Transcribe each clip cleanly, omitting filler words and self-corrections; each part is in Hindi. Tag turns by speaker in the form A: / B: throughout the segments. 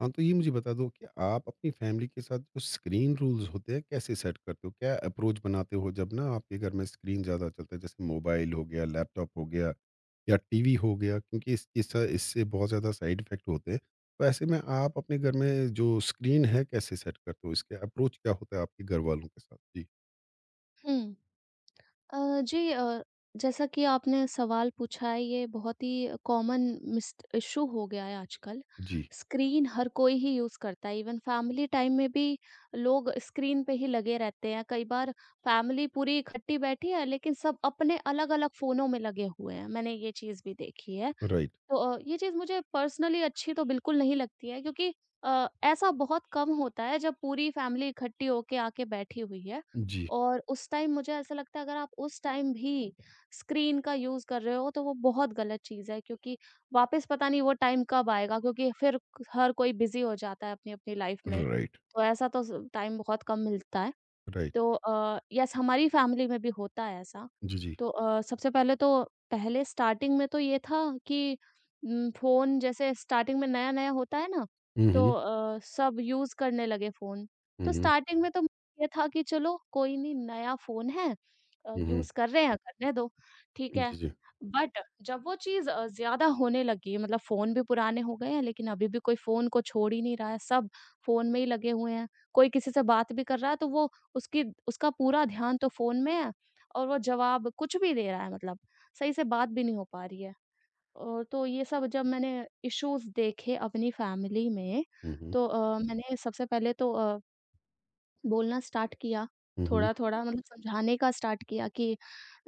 A: हाँ, तो ये मुझे बता दो कि आप अपनी फैमिली के साथ जो स्क्रीन रूल्स होते हैं कैसे सेट करते हो? क्या अप्रोच बनाते हो जब ना आपके घर में स्क्रीन ज़्यादा चलता है जैसे मोबाइल हो गया, लैपटॉप हो गया या टीवी हो गया क्योंकि इस इससे बहुत ज़्यादा साइड इफ़ेक्ट होते हैं। तो ऐसे में आप अपने घर में जो स्क्रीन है कैसे सेट करते हो? इसके अप्रोच क्या होता है आपके घर वालों के साथ? जी,
B: हुँ। जी, जैसा कि आपने सवाल पूछा है ये बहुत ही कॉमन मिस्ट इश्यू हो गया है आजकल।
A: जी,
B: स्क्रीन हर कोई ही यूज़ करता है इवन फैमिली टाइम में भी लोग स्क्रीन पे ही लगे रहते हैं। कई बार फैमिली पूरी इकट्ठी बैठी है लेकिन सब अपने अलग-अलग फ़ोनों में लगे हुए हैं। मैंने ये चीज़ भी देखी है।
A: राइट।
B: तो ये चीज़ मुझे पर्सनली अच्छी तो बिल्कुल नहीं लगती है क्योंकि ऐसा बहुत कम होता है जब पूरी फैमिली इकट्ठी होके आके बैठी हुई है
A: जी,
B: और उस टाइम मुझे ऐसा लगता है अगर आप उस टाइम भी स्क्रीन का यूज़ कर रहे हो तो वो बहुत गलत चीज़ है क्योंकि वापस पता नहीं वो टाइम कब आएगा क्योंकि फिर हर कोई बिजी हो जाता है अपनी अपनी लाइफ में
A: राइट,
B: तो ऐसा तो टाइम बहुत कम मिलता है
A: राइट।
B: तो यस हमारी फैमिली में भी होता है ऐसा।
A: जी, जी।
B: तो सबसे पहले तो पहले स्टार्टिंग में तो ये था कि फ़ोन जैसे स्टार्टिंग में नया-नया होता है ना,
A: हुँ,
B: तो
A: हुँ।
B: सब यूज़ करने लगे फ़ोन।
A: हुँ,
B: तो
A: हुँ।
B: स्टार्टिंग में तो ये था कि चलो कोई नहीं नया फ़ोन है
A: हुँ, हुँ।
B: यूज़ कर रहे हैं, करने दो, ठीक है।
A: जी, जी।
B: बट जब वो चीज़ ज़्यादा होने लगी मतलब फ़ोन भी पुराने हो गए हैं, लेकिन अभी भी कोई फ़ोन को छोड़ ही नहीं रहा है, सब फ़ोन में ही लगे हुए हैं। कोई किसी से बात भी कर रहा है तो वो उसकी उसका पूरा ध्यान तो फ़ोन में है और वो जवाब कुछ भी दे रहा है मतलब, सही से बात भी नहीं हो पा रही है। और तो ये सब जब मैंने इश्यूज़ देखे अपनी फैमिली में,
A: हुँ, हुँ।
B: तो मैंने सबसे पहले तो बोलना स्टार्ट किया,
A: हुँ, हुँ।
B: थोड़ा-थोड़ा हुँ। मतलब समझाने का स्टार्ट किया कि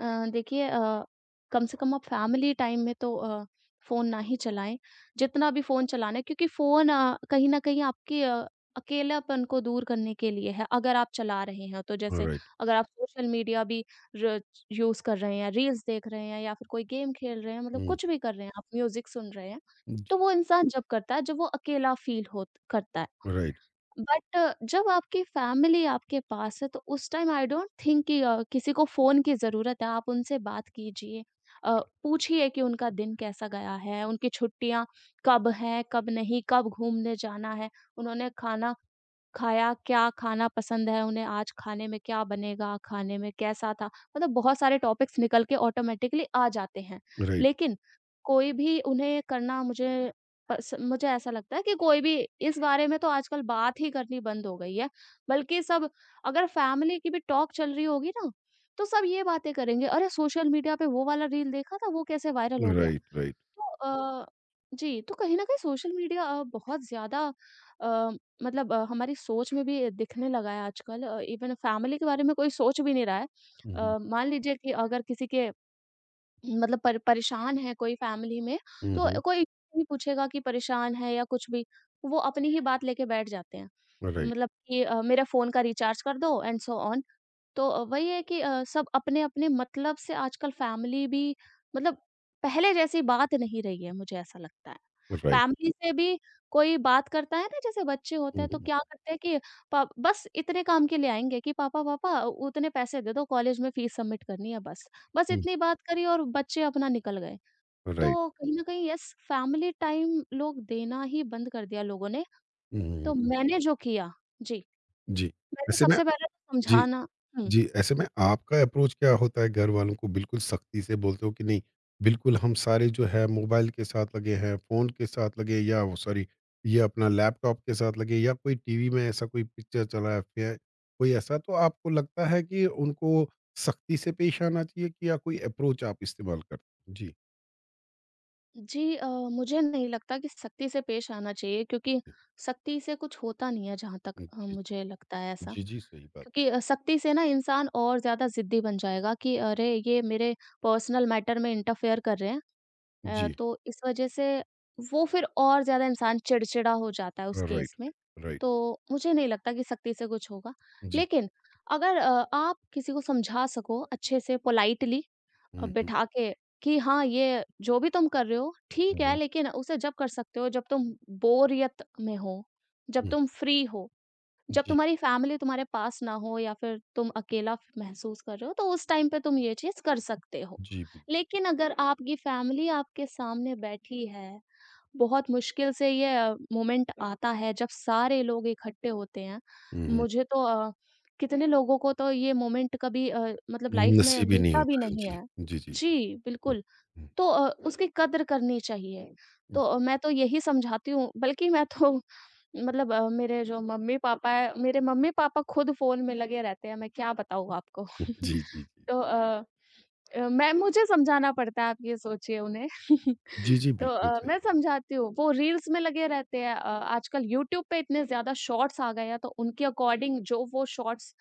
B: अ, देखिए कम से कम आप फैमिली टाइम में तो फ़ोन ना ही चलाएँ, जितना भी फ़ोन चलाना है क्योंकि फ़ोन कहीं न कहीं आपके अकेलापन को दूर करने के लिए है, अगर आप चला रहे हैं तो। जैसे
A: राइट।
B: अगर आप सोशल मीडिया भी र यूज़ कर रहे हैं, रील्स देख रहे हैं या फिर कोई गेम खेल रहे हैं, मतलब
A: हुँ,
B: कुछ भी कर रहे हैं आप, म्यूज़िक सुन रहे हैं,
A: जी,
B: तो वो इंसान जब करता है, जब वो अकेला फ़ील होत करता है।
A: राइट।
B: बट जब आपकी फैमिली आपके पास है तो उस टाइम आई डोंट थिंक कि किसी को फ़ोन की ज़रूरत है, आप उनसे बात कीजिए। अ, पूछिए कि उनका दिन कैसा गया है, उनकी छुट्टियाँ कब हैं, कब नहीं, कब घूमने जाना है, उन्होंने खाना खाया क्या खाना पसंद है उन्हें, आज खाने में क्या बनेगा, खाने में कैसा था? मतलब बहुत सारे टॉपिक्स निकल के ऑटोमैटिकली आ जाते हैं।
A: राइट,
B: लेकिन कोई भी उन्हें करना मुझे पस मुझे ऐसा लगता है कि कोई भी इस बारे में तो आजकल बात ही करनी बंद हो गई है। बल्कि सब अगर फैमिली की भी टॉक चल रही होगी ना, तो सब ये बातें करेंगे, "अरे! सोशल मीडिया पे वो वाला रील देखा था, वो कैसे वायरल हो गया?"
A: Right, right.
B: तो जी, तो कहीं न कहीं सोशल मीडिया बहुत ज़्यादा अ, मतलब हमारी सोच में भी दिखने लगा है आजकल इवन फैमिली के बारे में कोई सोच भी नहीं रहा है।
A: हुँ, हुँ।
B: मान लीजिए कि अगर किसी के मतलब पर परेशान है कोई फैमिली में,
A: हुँ,
B: तो
A: हुँ।
B: कोई नहीं पूछेगा कि परेशान है या कुछ भी, वो अपनी ही बात लेके बैठ जाते हैं।
A: राइट,
B: मतलब कि मेरा फ़ोन का रिचार्ज कर दो एंड सो ऑन। तो वही है कि सब अपने-अपने मतलब से आजकल फैमिली भी मतलब पहले जैसी बात नहीं रही है, मुझे ऐसा लगता है।
A: राइट।
B: फैमिली से भी कोई बात करता है ना, जैसे बच्चे होते
A: हुँ,
B: हैं तो
A: हुँ,
B: क्या
A: हुँ,
B: करते हैं कि प बस इतने काम के लिए आएँगे कि पापा पापा उतने पैसे दे दो कॉलेज में फ़ीस सबमिट करनी है बस। बस
A: हुँ।
B: इतनी बात करी और बच्चे अपना निकल गए।
A: राइट।
B: तो कहीं न कहीं यस फैमिली टाइम लोग देना ही बंद कर दिया लोगों ने।
A: हुँ,
B: तो
A: हुँ।
B: मैंने जो किया जी,
A: जी,
B: मैंने
A: ऐसे में
B: सबसे पहले तो
A: जी,
B: समझाना हुँ।
A: जी, ऐसे में आपका अप्रोच क्या होता है घरवालों को बिल्कुल सख्ती से बोलते हो कि नहीं, बिल्कुल हम सारे जो है मोबाइल के साथ लगे हैं, फ़ोन के साथ लगे या वो सॉरी ये अपना लैपटॉप के साथ लगे या कोई टीवी में ऐसा कोई पिक्चर चला है या कोई ऐसा तो आपको लगता है कि उनको सख्ती से पेश आना चाहिए कि या कोई अप्रोच आप इस्तेमाल करते हो? जी,
B: जी, मुझे नहीं लगता कि सख्ती से पेश आना चाहिए क्योंकि
A: जी।
B: सख्ती से कुछ होता नहीं है जहाँ तक
A: हुँ, जी,
B: मुझे
A: जी।
B: लगता है ऐसा।
A: जी, जी, सही बात।
B: क्योंकि सख्ती से ना इंसान और ज़्यादा ज़िद्दी बन जाएगा कि अरे ये मेरे पर्सनल मैटर में इंटरफेयर कर रहे हैं
A: जी,
B: तो इस वजह से वो फिर और ज़्यादा इंसान चिड़चिड़ा हो जाता है उस केस
A: राइट,
B: में।
A: राइट।
B: तो मुझे नहीं लगता कि सख्ती से कुछ होगा।
A: जी।
B: लेकिन अगर आप किसी को समझा सको अच्छे से पोलाइटली
A: हुँ, हुँ,
B: बिठा के कि हाँ, ये जो भी तुम कर रहे हो ठीक
A: हुँ,
B: है,
A: हुँ,
B: लेकिन उसे जब कर सकते हो जब तुम बोरियत में हो, जब
A: हुँ।
B: तुम फ्री हो, जब
A: जी,
B: तुम्हारी फैमिली तुम्हारे पास ना हो या फिर तुम अकेला फ महसूस कर रहे हो, तो उस टाइम पे तुम ये चीज़ कर सकते हो।
A: जी, बिल
B: लेकिन अगर आपकी फैमिली आपके सामने बैठी है बहुत मुश्किल से ये मोमेंट हुँ। आता है जब सारे लोग इकट्ठे होते हैं।
A: हुँ, हुँ।
B: मुझे तो कितने लोगों को तो ये मोमेंट कभी मतलब लाइफ में
A: नसीब ही नहीं
B: मिलता भी
A: होता है।
B: नहीं
A: जी,
B: है।
A: जी, जी।
B: जी,
A: हुँ,
B: बिल्कुल।
A: हुँ,
B: तो उसकी कद्र करनी चाहिए। तो मैं तो यही समझाती हूँ बल्कि मैं तो मतलब मेरे जो मम्मी-पापा हैं मेरे मम्मी-पापा खुद फ़ोन में लगे रहते हैं, मैं क्या बताऊँ आपको।
A: हुँ, जी, जी, जी।
B: तो मैं मुझे समझाना पड़ता है, आप ये सोचिए उन्हें।
A: जी, जी,
B: तो
A: बिल्कुल सही
B: मैं
A: बात।
B: समझाती हूँ, वो रील्स में लगे रहते हैं। आजकल यूट्यूब पे इतने ज़्यादा शॉर्ट्स आ गए हैं, तो उनके अकॉर्डिंग जो वो शॉर्ट्स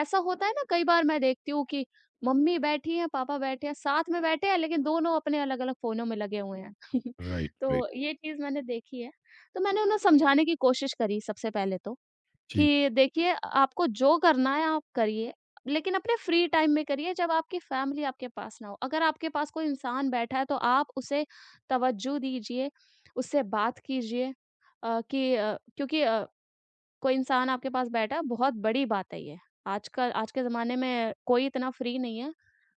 B: ऐसा होता है ना कई बार मैं देखती हूँ कि मम्मी बैठी हैं, पापा बैठे हैं, साथ में बैठे हैं लेकिन दोनों अपने अलग-अलग फ़ोनों में लगे हुए हैं।
A: Right, right.
B: तो ये चीज़ मैंने देखी है। तो मैंने उन्हें समझाने की कोशिश करी सबसे पहले तो।
A: जी,
B: कि देखिए आपको जो करना है आप करिए, लेकिन अपने फ्री टाइम में करिए जब आपकी फैमिली आपके पास ना हो। अगर आपके पास कोई इंसान बैठा है तो आप उसे तवज्जो दीजिए, उससे बात कीजिए कि क्योंकि कोई इंसान आपके पास बैठा है, बहुत बड़ी बात है ये। आज के ज़माने में कोई इतना फ्री नहीं है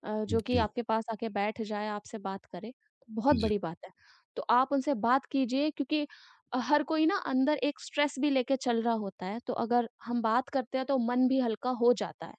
B: जो कि
A: जी,
B: आपके पास आके बैठ जाए, आपसे बात करे, तो बहुत
A: जी, जी,
B: बड़ी बात है। तो आप उनसे बात कीजिए क्योंकि हर कोई ना अंदर एक स्ट्रेस भी लेके चल रहा होता है, तो अगर हम बात करते हैं तो मन भी हल्का हो जाता है।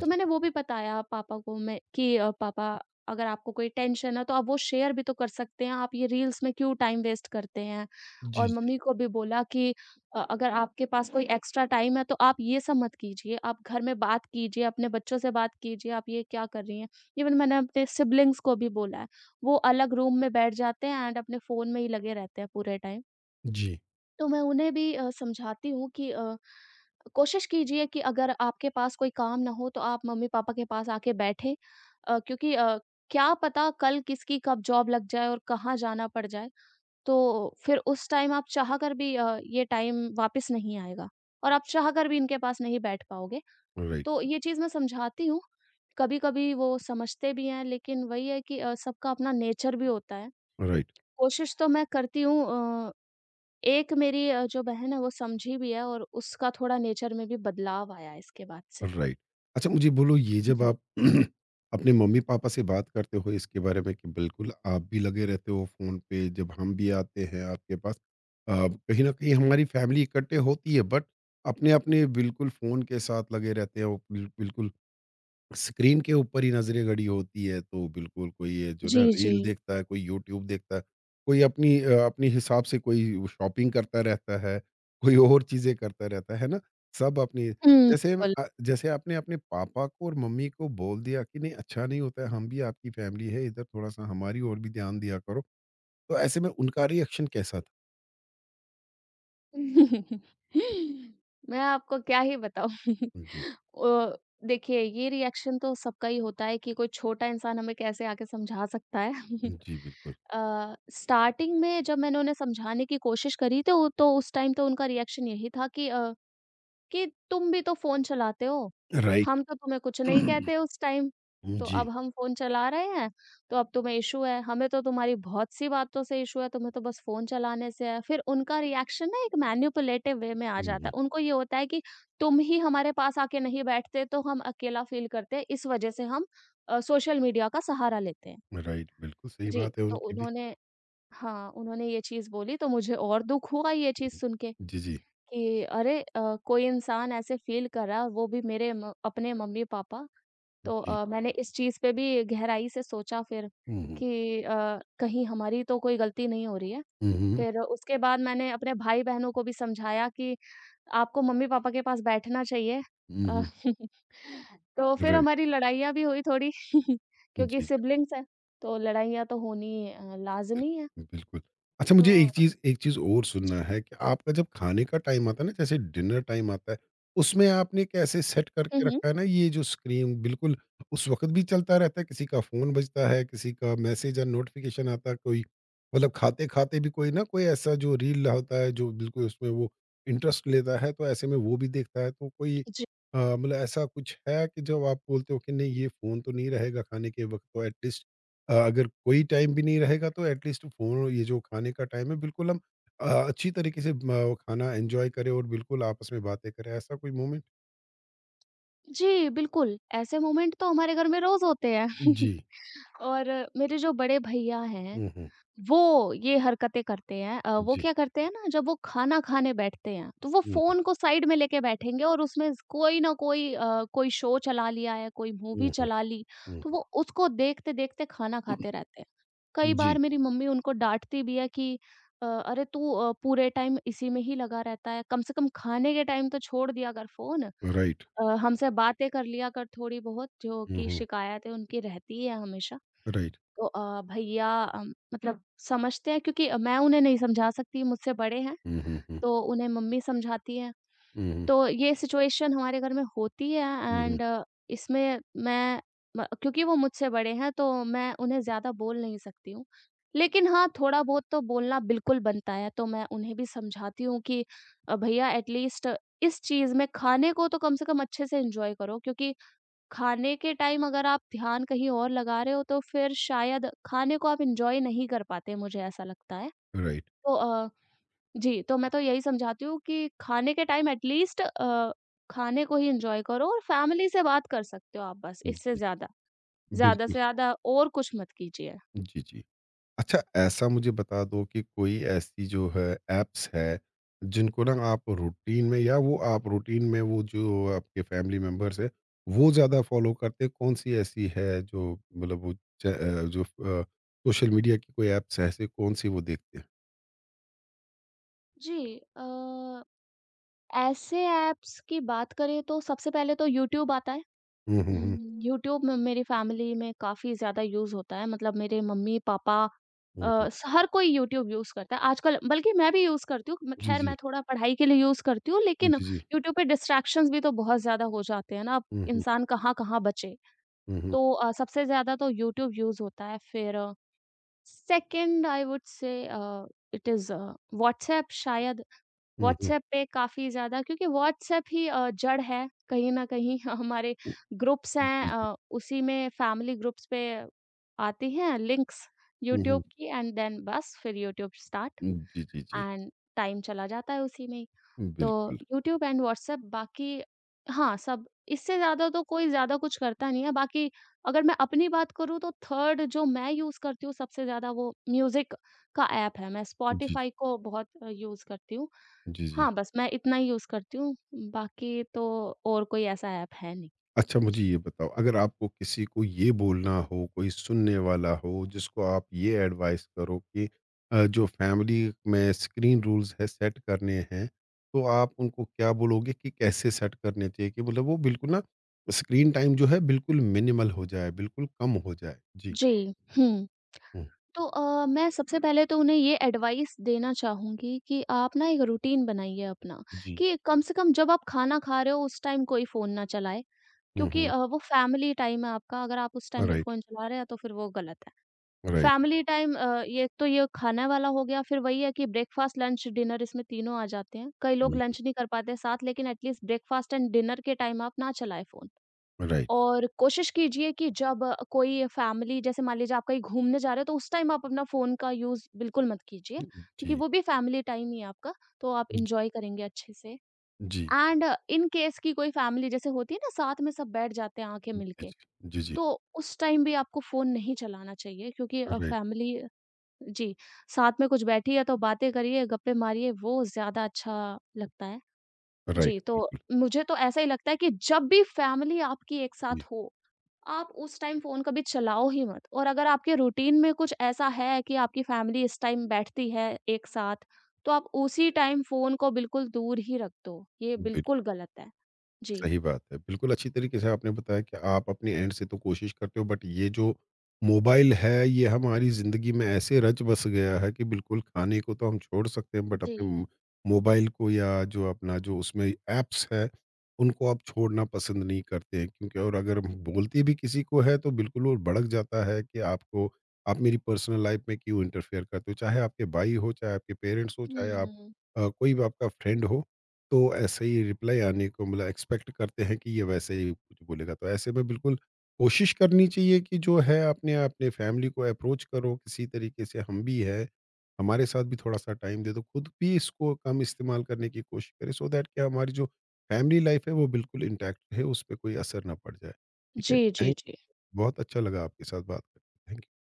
B: तो मैंने वो भी बताया पापा को मैं कि पापा अगर आपको कोई टेंशन है तो आप वो शेयर भी तो कर सकते हैं, आप ये रील्स में क्यों टाइम वेस्ट करते हैं?
A: जी,
B: और
A: जी, जी,
B: मम्मी को भी बोला कि अगर आपके पास कोई एक्स्ट्रा टाइम है तो आप ये सब मत कीजिए, आप घर में बात कीजिए, अपने बच्चों से बात कीजिए, आप ये क्या कर रही हैं? इवन मैंने अपने सिब्लिंग्स को भी बोला है, वो अलग रूम में बैठ जाते हैं एंड अपने फ़ोन में ही लगे रहते हैं पूरे टाइम।
A: जी,
B: तो मैं उन्हें भी समझाती हूँ कि कोशिश कीजिए कि अगर आपके पास कोई काम ना हो तो आप मम्मी-पापा के पास आके बैठें क्योंकि क्या पता कल किसकी कब जॉब लग जाए और कहाँ जाना पड़ जाए। तो फिर उस टाइम आप चाह कर भी ये टाइम वापस नहीं आएगा और आप चाह कर भी इनके पास नहीं बैठ पाओगे।
A: राइट,
B: तो ये चीज़ मैं समझाती हूँ, कभी-कभी वो समझते भी हैं लेकिन वही है कि सबका अपना नेचर भी होता है।
A: राइट।
B: कोशिश तो मैं करती हूँ अ एक मेरी जो बहन है वो समझी भी है और उसका थोड़ा नेचर में भी बदलाव आया है इसके बाद से।
A: राइट। अच्छा मुझे बोलो ये जब
B: जी।
A: आप अपने मम्मी-पापा से बात करते हो इसके बारे में कि बिल्कुल आप भी लगे रहते हो फ़ोन पे, जब हम भी आते हैं आपके पास कहीं न कहीं हमारी फैमिली इकट्ठे होती है बट अपने-अपने बिल्कुल फ़ोन के साथ लगे रहते हैं वो बिल्कुल स्क्रीन के ऊपर ही नज़रें गड़ी होती है, तो बिल्कुल कोई ये जो
B: जी,
A: ना
B: जी।
A: रील देखता है, कोई यूट्यूब देखता है, कोई अपनी अपने हिसाब से कोई शॉपिंग करता रहता है, कोई और चीज़ें करता रहता है ना? सब अपनी
B: हुँ,
A: जैसे
B: बिल्कुल।
A: जैसे आपने अपने पापा को और मम्मी को बोल दिया कि नहीं अच्छा नहीं होता है, हम भी आपकी फैमिली है, इधर थोड़ा-सा हमारी ओर भी ध्यान दिया करो, तो ऐसे में उनका रिएक्शन कैसा था?
B: मैं आपको क्या ही बताऊँ
A: जी,
B: अ, देखिए ये रिएक्शन तो सबका ही होता है कि कोई छोटा इंसान हमें कैसे आके समझा सकता है।
A: जी बिल्कुल,
B: अ, स्टार्टिंग में जब मैंने उन्हें समझाने की कोशिश करी तो उस टाइम तो उनका रिएक्शन यही था कि कि तुम भी तो फ़ोन चलाते हो,
A: राइट।
B: हम तो तुम्हें कुछ नहीं कहते उस टाइम, तो
A: जी,
B: अब हम फ़ोन चला रहे हैं, तो अब तुम्हें इश्यू है, हमें तो तुम्हारी बहुत-सी बातों से इश्यू है, तुम्हें तो बस फ़ोन चलाने से है। फिर उनका रिएक्शन ना एक मैनिपुलेटिव वे में आ
A: हुँ,
B: जाता
A: हुँ,
B: है। उनको ये होता है कि तुम ही हमारे पास आके नहीं बैठते, तो हम अकेला फ़ील करते हैं, इस वजह से हम सोशल मीडिया का सहारा लेते हैं।
A: राइट, बिल्कुल सही
B: जी,
A: बात है
B: तो
A: उनकी भी।
B: उन्होंने हाँ, उन्होंने ये चीज़ बोली तो मुझे और दुःख हुआ ये चीज़
A: हुँ,
B: सुन के।
A: जी, जी,
B: कि अरे कोई इंसान ऐसे फ़ील कर रहा है और वो भी मेरे म अपने मम्मी-पापा। तो
A: जी।
B: मैंने इस चीज़ पे भी गहराई से सोचा फिर
A: हुँ, हुँ।
B: कि कहीं हमारी तो कोई गलती नहीं हो रही है।
A: हुँ, हुँ।
B: फिर उसके बाद मैंने अपने भाई-बहनों को भी समझाया कि आपको मम्मी-पापा के पास बैठना चाहिए।
A: हुँ,
B: अ,
A: हुँ।
B: तो फिर हमारी लड़ाइयाँ भी हुई थोड़ी क्योंकि
A: जी,
B: सिब्लिंग्स हैं, तो लड़ाइयाँ तो होनी लाज़मी है।
A: बिल्कुल। अच्छा
B: तो
A: मुझे एक चीज़ और
B: जी।
A: सुनना है कि आपका जब खाने का टाइम आता है ना जैसे डिनर टाइम आता है, उसमें आपने कैसे सेट करके
B: हुँ,
A: रखा है ना ये जो स्क्रीन बिल्कुल उस वक़्त भी चलता रहता है, किसी का फ़ोन बजता है, किसी का मैसेज या नोटिफ़िकेशन आता है, कोई मतलब खाते-खाते भी कोई ना कोई ऐसा जो रील होता है जो बिल्कुल उसमें वो इंटरेस्ट लेता है, तो ऐसे में वो भी देखता है तो कोई
B: हुँ।
A: मतलब ऐसा कुछ है कि जब आप बोलते हो कि नहीं ये फ़ोन तो नहीं रहेगा खाने के वक़्त तो एटलीस्ट अगर कोई टाइम भी नहीं रहेगा तो एटलीस्ट फ़ोन ये जो खाने का टाइम है बिल्कुल हम अच्छी तरीके से म खाना एन्जॉय करें और बिल्कुल आपस में बातें करें, ऐसा कोई मोमेंट?
B: जी, बिल्कुल, ऐसे मोमेंट तो हमारे घर में रोज़ होते हैं
A: जी।
B: और मेरे जो बड़े भैया हैं,
A: हुँ, हुँ।
B: वो ये हरकतें करते हैं वो
A: जी।
B: क्या करते हैं ना जब वो खाना खाने बैठते हैं, तो वो
A: हुँ, हुँ।
B: फ़ोन को साइड में लेके बैठेंगे और उसमें कोई ना कोई कोई शो चला लिया है, कोई मूवी
A: हुँ, हुँ।
B: चला ली,
A: हुँ,
B: तो
A: हुँ।
B: वो उसको देखते-देखते खाना खाते रहते हैं। कई
A: जी,
B: बार मेरी मम्मी उनको डाँटती भी है कि "अरे तू पूरे टाइम इसी में ही लगा रहता है, कम से कम खाने के टाइम तो छोड़ दिया कर फ़ोन।"
A: राइट।
B: हमसे बातें कर लिया कर थोड़ी बहुत जो
A: हुँ,
B: कि
A: हुँ।
B: शिकायतें उनकी रहती है हमेशा।
A: राइट।
B: तो भैया मतलब समझते हैं क्योंकि मैं उन्हें नहीं समझा सकती, मुझसे बड़े हैं,
A: हुँ, हुँ, हुँ।
B: तो उन्हें मम्मी समझाती हैं।
A: हुँ, हुँ।
B: तो ये सिचुएशन हमारे घर में होती है
A: हुँ, हुँ।
B: एंड इसमें मैं म क्योंकि वो मुझसे बड़े हैं तो मैं उन्हें ज़्यादा बोल नहीं सकती हूँ। लेकिन हाँ, थोड़ा बहुत तो बोलना बिल्कुल बनता है, तो मैं उन्हें भी समझाती हूँ कि भैया एटलीस्ट इस चीज़ में खाने को तो कम से कम अच्छे से एन्जॉय करो क्योंकि खाने के टाइम अगर आप ध्यान कहीं और लगा रहे हो तो फिर शायद खाने को आप एन्जॉय नहीं कर पाते, मुझे ऐसा लगता है।
A: राइट।
B: तो जी, तो मैं तो यही समझाती हूँ कि खाने के टाइम एटलीस्ट खाने को ही एन्जॉय करो और फैमिली से बात कर सकते हो आप बस, इससे
A: जी,
B: ज़्यादा। ज़्यादा
A: बिल्कुल।
B: से ज़्यादा और कुछ मत कीजिए।
A: जी, जी। अच्छा ऐसा मुझे बता दो कि कोई ऐसी जो है ऐप्स है जिनको ना आप रूटीन में या वो आप रूटीन में वो जो आपके फैमिली मेंबर्स है वो ज़्यादा फॉलो करते हैं कौन सी ऐसी है जो मतलब जो सोशल मीडिया की कोई ऐप्स है ऐसे कौन सी वो देखते हैं
B: जी, ऐसे ऐप्स की बात करें तो सबसे पहले तो यूट्यूब आता है।
A: हम्म हम्म हम्म
B: यूट्यूब में मेरी फैमिली में काफ़ी ज़्यादा यूज़ होता है मतलब मेरे मम्मी-पापा अ,
A: हम्म, हम्म,
B: स हर कोई यूट्यूब यूज़ करता है आजकल बल्कि मैं भी यूज़ करती हूँ। म
A: जी
B: ख़ैर
A: जी
B: मैं थोड़ा पढ़ाई के लिए यूज़ करती हूँ लेकिन
A: जी जी
B: यूट्यूब पे डिस्ट्रैक्शंस भी तो बहुत ज़्यादा हो जाते हैं ना, अब
A: हम्म हम्म
B: इंसान कहाँ-कहाँ बचे।
A: हम्म
B: तो सबसे ज़्यादा तो यूट्यूब यूज़ होता है फिर 2nd I would say it is uh, WhatsApp शायद।
A: हम्म
B: व्हाट्सएप पे काफ़ी ज़्यादा क्योंकि व्हाट्सएप ही जड़ है कहीं न कहीं हमारे ग्रुप्स हैं
A: जी जी
B: उसी में फैमिली ग्रुप्स पे आती हैं लिंक्स
A: हम्म
B: यूट्यूब
A: हम्म,
B: की एंड देन बस फिर यूट्यूब स्टार्ट
A: जी जी जी
B: एंड टाइम चला जाता है उसी में ही। तो
A: बिल्कुल
B: यूट्यूब एंड व्हाट्सएप बाकी हाँ, सब इससे ज़्यादा तो कोई ज़्यादा कुछ करता नहीं है। बाकी अगर मैं अपनी बात करूँ तो थर्ड जो मैं यूज़ करती हूँ सबसे ज़्यादा वो म्यूज़िक का ऐप है। मैं
A: जी जी
B: स्पॉटिफ़ाई को बहुत यूज़ करती हूँ
A: जी जी
B: हाँ, बस मैं इतना ही यूज़ करती हूँ, बाकी तो और कोई ऐसा ऐप है नहीं।
A: अच्छा मुझे
B: जी।
A: ये बताओ अगर आपको किसी को ये बोलना हो कोई सुनने वाला हो जिसको आप ये एडवाइस करो कि जो फैमिली में स्क्रीन रूल्स है सेट करने हैं तो आप उनको क्या बोलोगे कि कैसे सेट करने चाहिए कि मतलब वो बिल्कुल ना स्क्रीन टाइम जो है बिल्कुल मिनिमल हो जाए बिल्कुल कम हो जाए जी
B: जी, हुँ।
A: हम्म,
B: तो मैं सबसे पहले तो उन्हें ये एडवाइस देना चाहूँगी कि आप ना एक रूटीन बनाइए अपना,
A: जी
B: कि कम से कम जब आप खाना खा रहे हो उस टाइम कोई फ़ोन ना चलाएँ,
A: हम्म
B: क्योंकि
A: हम्म
B: वो फैमिली टाइम है आपका, अगर आप उस टाइम पे
A: राइट
B: फ़ोन चला रहे हैं तो फिर वो गलत है।
A: राइट
B: फैमिली टाइम ये तो ये खाने वाला हो गया, फिर वही है कि ब्रेकफास्ट, लंच, डिनर इसमें तीनों आ जाते हैं। कई लोग
A: हम्म,
B: लंच नहीं कर पाते साथ लेकिन एटलीस्ट ब्रेकफास्ट एंड डिनर के टाइम आप ना चलाएँ फ़ोन।
A: राइट
B: और कोशिश कीजिए कि जब कोई फैमिली जैसे मान लीजिए आप कहीं घूमने जा रहे हो तो उस टाइम आप अपना फ़ोन का यूज़ बिल्कुल मत कीजिए, क्योंकि
A: जी
B: वो भी फैमिली टाइम ही है आपका, तो आप
A: जी
B: एन्जॉय करेंगे अच्छे से।
A: जी
B: एंड इन केस कि कोई फैमिली जैसे होती है ना साथ में सब बैठ जाते हैं आँखें मिल
A: जी
B: के,
A: जी जी,
B: तो उस टाइम भी आपको फ़ोन नहीं चलाना चाहिए क्योंकि
A: राइट
B: फैमिली जी, साथ में कुछ बैठिए तो बातें करिए, गप्पे मारिए, वो ज़्यादा अच्छा लगता है।
A: राइट
B: जी, तो
A: बिल्कुल
B: मुझे तो ऐसा ही लगता है कि जब भी फैमिली आपकी एक साथ हो, आप उस टाइम फ़ोन कभी चलाओ ही मत और अगर आपके रूटीन में कुछ ऐसा है कि आपकी फैमिली इस टाइम बैठती है एक साथ, तो आप उसी टाइम फ़ोन को बिल्कुल दूर ही रख दो। ये
A: जी
B: बिल्कुल गलत है। जी।
A: सही बात है। बिल्कुल अच्छी तरीके से आपने बताया कि आप अपने एंड से तो कोशिश करते हो बट ये जो मोबाइल है ये हमारी ज़िंदगी में ऐसे रच बस गया है कि बिल्कुल खाने को तो हम छोड़ सकते हैं बट अपने
B: जी।
A: मो मोबाइल को या जो अपना जो उसमें ऐप्स है, उनको आप छोड़ना पसंद नहीं करते हैं क्योंकि और अगर हम बोलते भी किसी को है तो बिल्कुल वो भड़क जाता है कि आपको आप मेरी पर्सनल लाइफ़ में क्यों इंटरफेयर करते हो? चाहे आपके भाई हो, चाहे आपके पेरेंट्स हो, चाहे आप
B: हुँ।
A: कोई भी आपका फ्रेंड हो, तो ऐसे ही रिप्लाई आने को मतलब एक्सपेक्ट करते हैं कि ये वैसे ही कुछ बोलेगा तो ऐसे में बिल्कुल कोशिश करनी चाहिए कि जो है अपने अपने फैमिली को अप्रोच करो किसी तरीके से हम भी है हमारे साथ भी थोड़ा सा टाइम दे दो खुद भी इसको कम इस्तेमाल करने की कोशिश करें सो दैट क्या हमारी जो फैमिली लाइफ है वो बिल्कुल इंटैक्ट है उस पर कोई असर ना पड़ जाए ठीक है
B: जी, जी,
A: थैंक यू
B: जी।
A: बहुत अच्छा लगा आपके साथ बात करके थैंक यू।